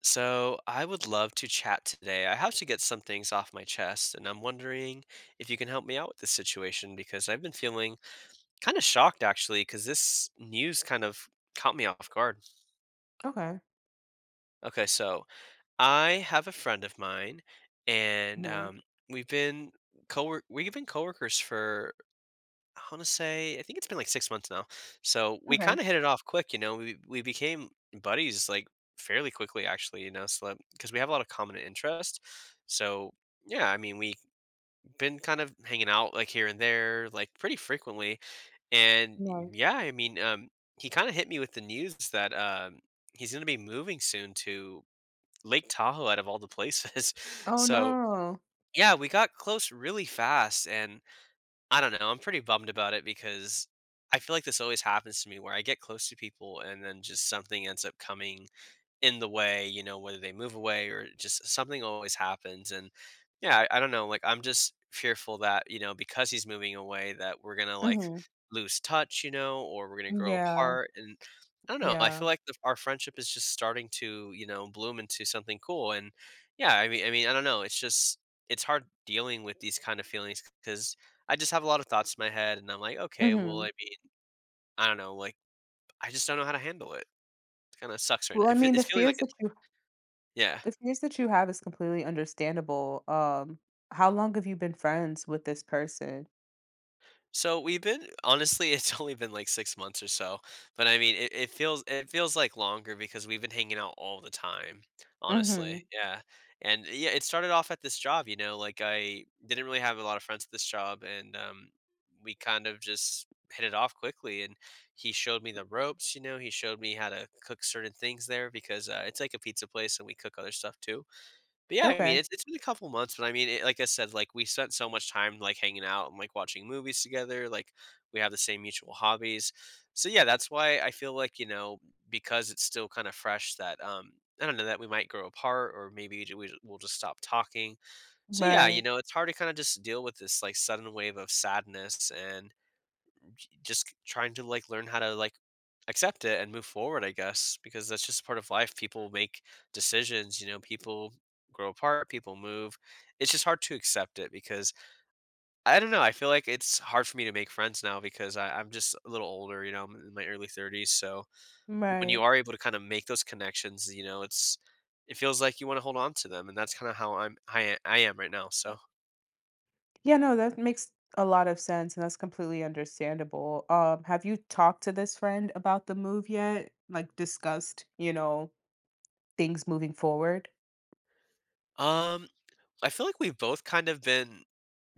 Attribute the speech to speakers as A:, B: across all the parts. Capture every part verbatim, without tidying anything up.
A: So, I would love to chat today. I have to get some things off my chest, and I'm wondering if you can help me out with this situation because I've been feeling kind of shocked actually, because this news kind of caught me off guard.
B: Okay.
A: Okay, so I have a friend of mine, and
B: Hmm.
A: um, we've been co we've been coworkers for I want to say, I think it's been like six months now. So we
B: Okay.
A: kind of hit it off quick, you know. We we became buddies like fairly quickly, actually, you know, so because we have a lot of common interest. So yeah, I mean, we've been kind of hanging out like here and there, like pretty frequently. And
B: Right.
A: yeah, I mean, um, he kind of hit me with the news that um, he's going to be moving soon to Lake Tahoe, out of all the places.
B: Oh
A: So
B: no.
A: yeah, we got close really fast, and I don't know, I'm pretty bummed about it because I feel like this always happens to me where I get close to people and then just something ends up coming in the way, you know, whether they move away or just something always happens. And yeah, I, I don't know. Like, I'm just fearful that, you know, because he's moving away, that we're going to like
B: Hmm.
A: lose touch, you know, or we're going to grow
B: Yeah.
A: apart. And I don't know. I
B: Yeah.
A: feel like the, our friendship is just starting to, you know, bloom into something cool. And yeah, I mean, I mean, I don't know. It's just, it's hard dealing with these kind of feelings because I just have a lot of thoughts in my head and I'm like, okay, well, I
B: Hmm.
A: mean, I don't know. Like, I just don't know how to handle it. It kind of sucks right
B: Well,
A: now.
B: I
A: It, fe-
B: mean, the
A: it's feeling
B: fears
A: like it.
B: that you
A: Yeah.
B: the fears that you have is completely understandable. Um, how long have you been friends with this person?
A: So we've been honestly, it's only been like six months or so, but I mean, it, it feels it feels like longer because we've been hanging out all the time. Honestly,
B: Hmm.
A: yeah, and eh, yeah, it started off at this job. You know, like I didn't really have a lot of friends at this job, and um, we kind of just hit it off quickly. And he showed me the ropes. You know, he showed me how to cook certain things there because uh, it's like a pizza place, and we cook other stuff too. But yeah, I mean,
B: Okay.
A: it's it's been a couple months, but I mean, it, like I said, like we spent so much time like hanging out and like watching movies together. Like we have the same mutual hobbies, so yeah, that's why I feel like you know because it's still kind of fresh that um I don't know that we might grow apart or maybe ju- we, we'll just stop talking. So yeah, you
B: Right.
A: know, it's hard to kind of just deal with this like sudden wave of sadness and j- just trying to like learn how to like accept it and move forward, I guess, because that's just part of life. People make decisions, you know, people grow apart, people move. It's just hard to accept it because I don't know. I feel like it's hard for me to make friends now because I, I'm just a little older, you know, I'm in my early thirties. So when you
B: Right.
A: are able to kind of make those connections, you know, it's it feels like you want to hold on to them. And that's kind of how I'm I, I am right now. So
B: Yeah, no, that makes a lot of sense and that's completely understandable. Um, have you talked to this friend about the move yet? Like discussed, you know, things moving forward?
A: um I feel like we've both kind of been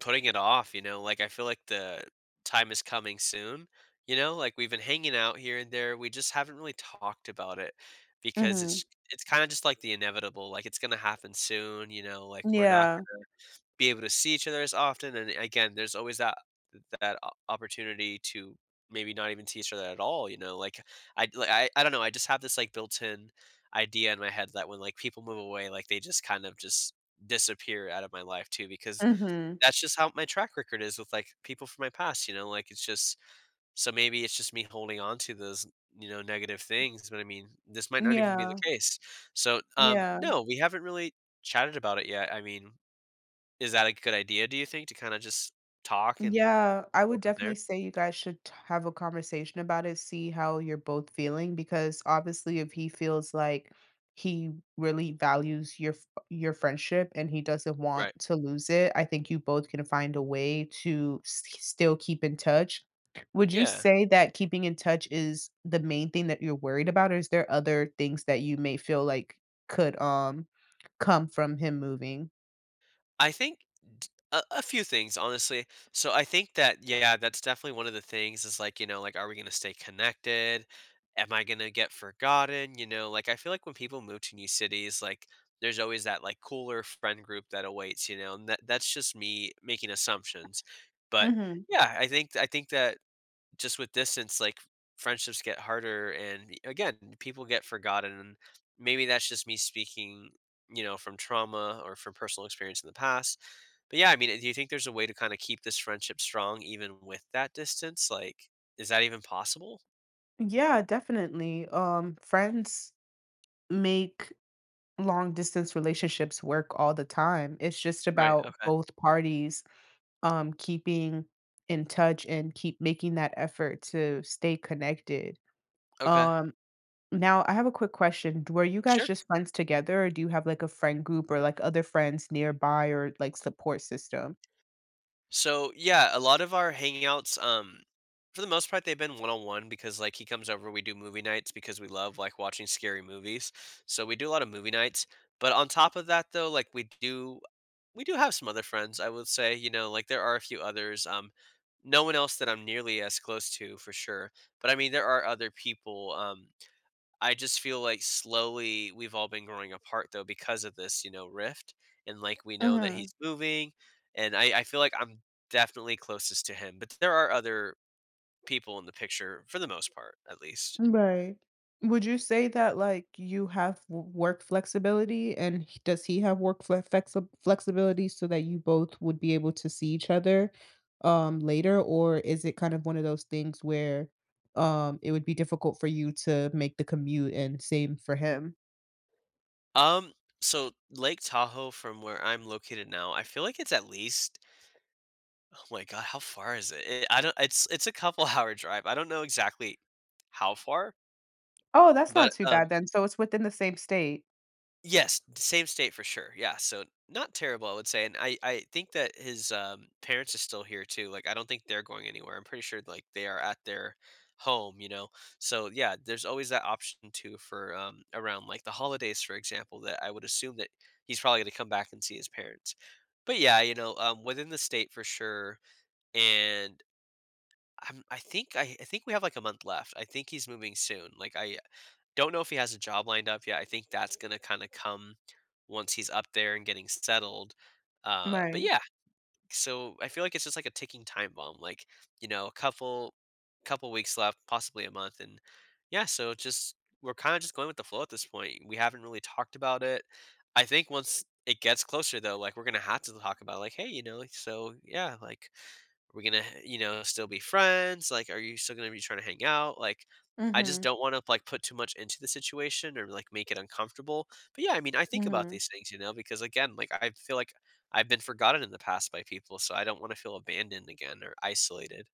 A: putting it off, you know? Like I feel like the time is coming soon, you know? Like we've been hanging out here and there, we just haven't really talked about it because
B: Hmm.
A: it's it's kind of just like the inevitable, like it's going to happen soon, you know? Like we're not
B: Yeah.
A: gonna be able to see each other as often and again, there's always that that o- opportunity to maybe not even see each other at all, you know? Like I like, I, I don't know, I just have this like built-in idea in my head that when like people move away, like they just kind of just disappear out of my life too because
B: Hmm.
A: that's just how my track record is with, like, people from my past, you know, like, it's just so maybe it's just me holding on to those, you know, negative things, but I mean, this might not even be the
B: Yeah.
A: case. So, um,
B: Yeah,
A: no, we haven't really chatted about it yet. I mean, is that a good idea, do you think, to kinda just talk and
B: yeah, I
A: go
B: would
A: from
B: definitely
A: there?
B: say you guys should t have a conversation about it, see how you're both feeling, because obviously if he feels like he really values your f your friendship and he doesn't want
A: Right.
B: to lose it, I think you both can find a way to s still keep in touch. Would you
A: Yeah.
B: say that keeping in touch is the main thing that you're worried about, or is there other things that you may feel like could, um, come from him moving?
A: I think d- a, a few things, honestly. So I think that yeah, that's definitely one of the things is like, you know, like are we going to stay connected? Am I going to get forgotten? You know, like I feel like when people move to new cities, like there's always that like cooler friend group that awaits, you know, and that that's just me making assumptions. But
B: Mhm.
A: yeah, I think I think that just with distance, like friendships get harder, and y- again, people get forgotten. And maybe that's just me speaking, you know, from trauma or from personal experience in the past. But yeah, I mean, do you think there's a way to kind of keep this friendship strong even with that distance? Like, is that even possible?
B: Yeah, definitely. Um, friends make long distance relationships work all the time. It's just
A: Right.
B: about
A: Okay.
B: both parties um keeping in touch and keep making that effort to stay connected.
A: Okay.
B: Um, now I have a quick question. Were you guys
A: Sure.
B: just friends together or do you have like a friend group or like other friends nearby or like support system?
A: So yeah, a lot of our hangouts, um, for the most part, they've been one on one because like he comes over, we do movie nights because we love like watching scary movies. So we do a lot of movie nights. But on top of that, though, like we do, we do have some other friends. I would say, you know, like there are a few others. Um, no one else that I'm nearly as close to for sure. But I mean, there are other people. Um, I just feel like slowly we've all been growing apart though because of this, you know, rift. And like we know that
B: Hmm.
A: he's moving. And I, I feel like I'm definitely closest to him. But there are other people in the picture for the most part, at least.
B: Right. Would you say that like you have w- work flexibility and h- does he have work fle- flexi- flexibility so that you both would be able to see each other um later, or is it kind of one of those things where um it would be difficult for you to make the commute and same for him?
A: Um, so Lake Tahoe from where I'm located now, I feel like it's at least oh my god, how far is it? It I don't it's it's a couple hour drive. I don't know exactly how far,
B: Oh, that's not
A: but
B: too bad then. So it's within the same state.
A: Yes, same state for sure. Yeah, so not terrible, I would say, and I I think that his um, parents are still here too. Like, I don't think they're going anywhere. I'm pretty sure like they are at their home, you know. So yeah, there's always that option too for um, around like the holidays, for example. That I would assume that he's probably going to come back and see his parents. But yeah, you know, um, within the state for sure, and. I'm, I think I, I think we have like a month left. I think he's moving soon. Like I, don't know if he has a job lined up yet. I think that's gonna kinda come once he's up there and getting settled. Uh, but
B: Right.
A: yeah, so I feel like it's just like a ticking time bomb, like, you know, a couple couple weeks left, possibly a month, and yeah, so just we're kinda just going with the flow at this point. We haven't really talked about it. I think once it gets closer though, like, we're gonna have to talk about, like, "Hey, you know, like, so yeah, like, are we gonna, you know, still be friends? Like, are you still gonna be trying to hang out? Like, I just
B: Mhm.
A: don't want to like put too much into the situation or like make it uncomfortable. But yeah, I mean, I think about
B: Mhm.
A: these things, you know, because again, like I feel like I've been forgotten in the past by people, so I don't want to feel abandoned again or isolated.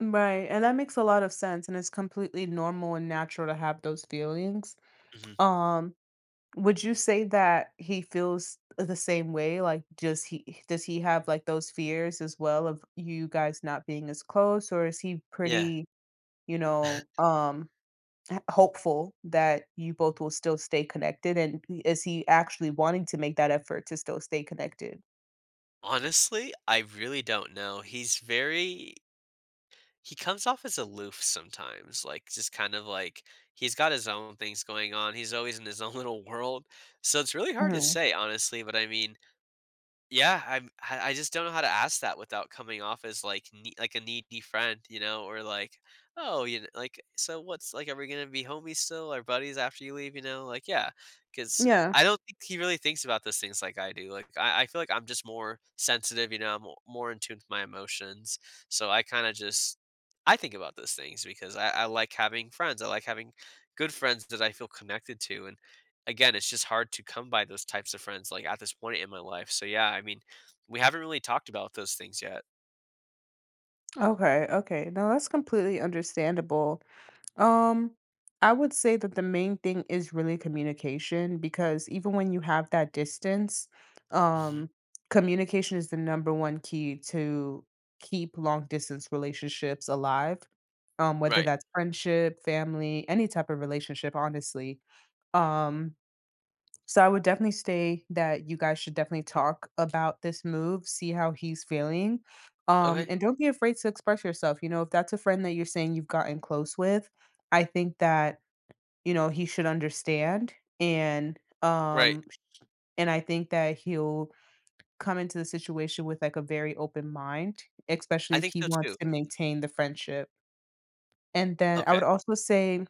B: Right. And that makes a lot of sense and it's completely normal and natural to have those feelings.
A: Hmm.
B: Um. Would you say that he feels the same way? Like, does he does he have like those fears as well of you guys not being as close, or is he
A: Yeah.
B: pretty, you know, um, h- hopeful that you both will still stay connected? And is he actually wanting to make that effort to still stay connected?
A: Honestly, I really don't know. He's very he comes off as aloof sometimes, like just kind of like he's got his own things going on. He's always in his own little world. So it's really hard to
B: Mhm.
A: say, honestly. But I mean, yeah, I'm I I just don't know how to ask that without coming off as, like, nee like, a needy friend, you know, or like, "Oh, you kn like, so what's like, are we gonna be homies still or buddies after you leave?" You know, like, yeah, because
B: Yeah.
A: I don't think he really thinks about those things like I do, like, I I feel like I'm just more sensitive, you know, I'm more in tune with my emotions, so I kinda just I think about those things because I I like having friends, I like having good friends that I feel connected to and again, it's just hard to come by those types of friends like at this point in my life. So yeah, I mean, we haven't really talked about those things yet.
B: Okay. Okay. No, that's completely understandable. Um, I would say that the main thing is really communication because even when you have that distance,
A: Hmm.
B: um, communication is the number one key to keep long distance relationships alive. Um, whether
A: Right.
B: that's friendship, family, any type of relationship, honestly. Um, so I would definitely say that you guys should definitely talk about this move, see how he's feeling. Um,
A: Okay.
B: and don't be afraid to express yourself. You know, if that's a friend that you're saying you've gotten close with, I think that, you know, he should understand and
A: Right.
B: um and I think that he'll come into the situation with like a very open mind, especially
A: I
B: if
A: think
B: he
A: so
B: wants
A: too.
B: to maintain the friendship. And then I
A: Okay.
B: would also say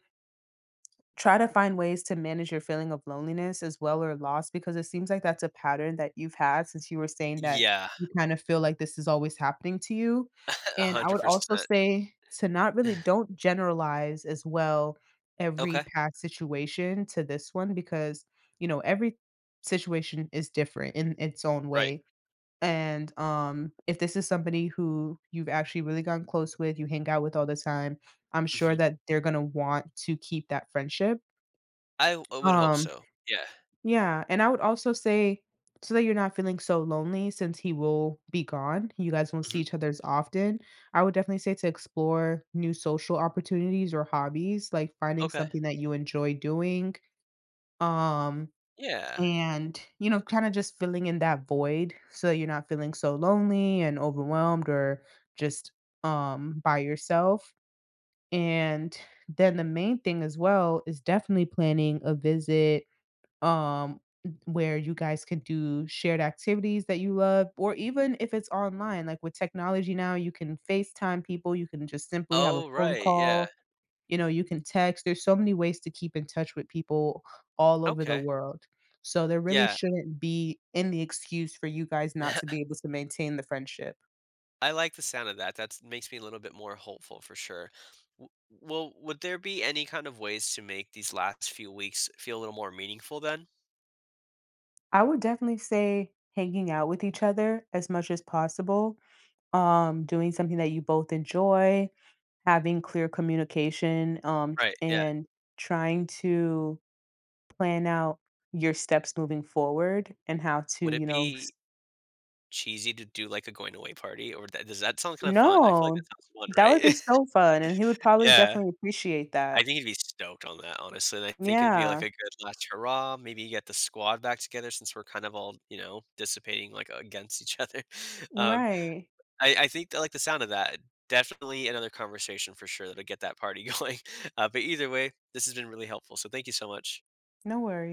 B: try to find ways to manage your feeling of loneliness as well, or loss, because it seems like that's a pattern that you've had, since you were saying that
A: Yeah.
B: you kind of feel like this is always happening to you.
A: A
B: And I would
A: hundred
B: also
A: percent.
B: say to not really don't generalize as well every
A: Okay.
B: past situation to this one because, you know, every situation is different in its own
A: Right.
B: way. And um, if this is somebody who you've actually really gotten close with, you hang out with all the time, I'm sure
A: Hmm.
B: that they're going to want to keep that friendship,
A: I, w- I would hope
B: um,
A: so. Yeah.
B: yeah. And I would also say, so that you're not feeling so lonely since he will be gone, you guys won't see
A: Hmm.
B: each other as often. I would definitely say to explore new social opportunities or hobbies, like finding
A: Okay.
B: something that you enjoy doing. Um,
A: Yeah.
B: and you know, kind of just filling in that void so that you're not feeling so lonely and overwhelmed or just um by yourself. And then the main thing as well is definitely planning a visit, um, where you guys could do shared activities that you love, or even if it's online, like with technology now, you can FaceTime people, you can just simply have a
A: Oh
B: phone
A: right. Yeah.
B: call, you know, you can text. There's so many ways to keep in touch with people all over the
A: Okay.
B: world. So there really
A: Yeah.
B: shouldn't be any excuse for you guys not to be able to maintain the friendship.
A: I like the sound of that. That makes me a little bit more hopeful for sure. W- Well, would there be any kind of ways to make these last few weeks feel a little more meaningful then?
B: I would definitely say hanging out with each other as much as possible, um, doing something that you both enjoy, having clear communication, um, t
A: Right, yeah.
B: and trying to plan out your steps moving forward and how to,
A: Would
B: you
A: it
B: know s
A: be cheesy to do, like, a going away party, or that does that sound kinda fun? I feel like
B: No,
A: that sounds fun,
B: that would be
A: right?
B: so fun, and he would probably
A: Yeah.
B: definitely appreciate
A: I
B: that.
A: think he'd be stoked on that, honestly, and I think it'd be, like,
B: Yeah,
A: a good last hurrah, maybe you get the squad back together since we're kind of all, you know, dissipating, like, against each other. Um,
B: right.
A: I I think I like the sound of that. Definitely another conversation for sure that'll get that party going. Uh, but either way, this has been really helpful, so thank you so much.
B: No worries.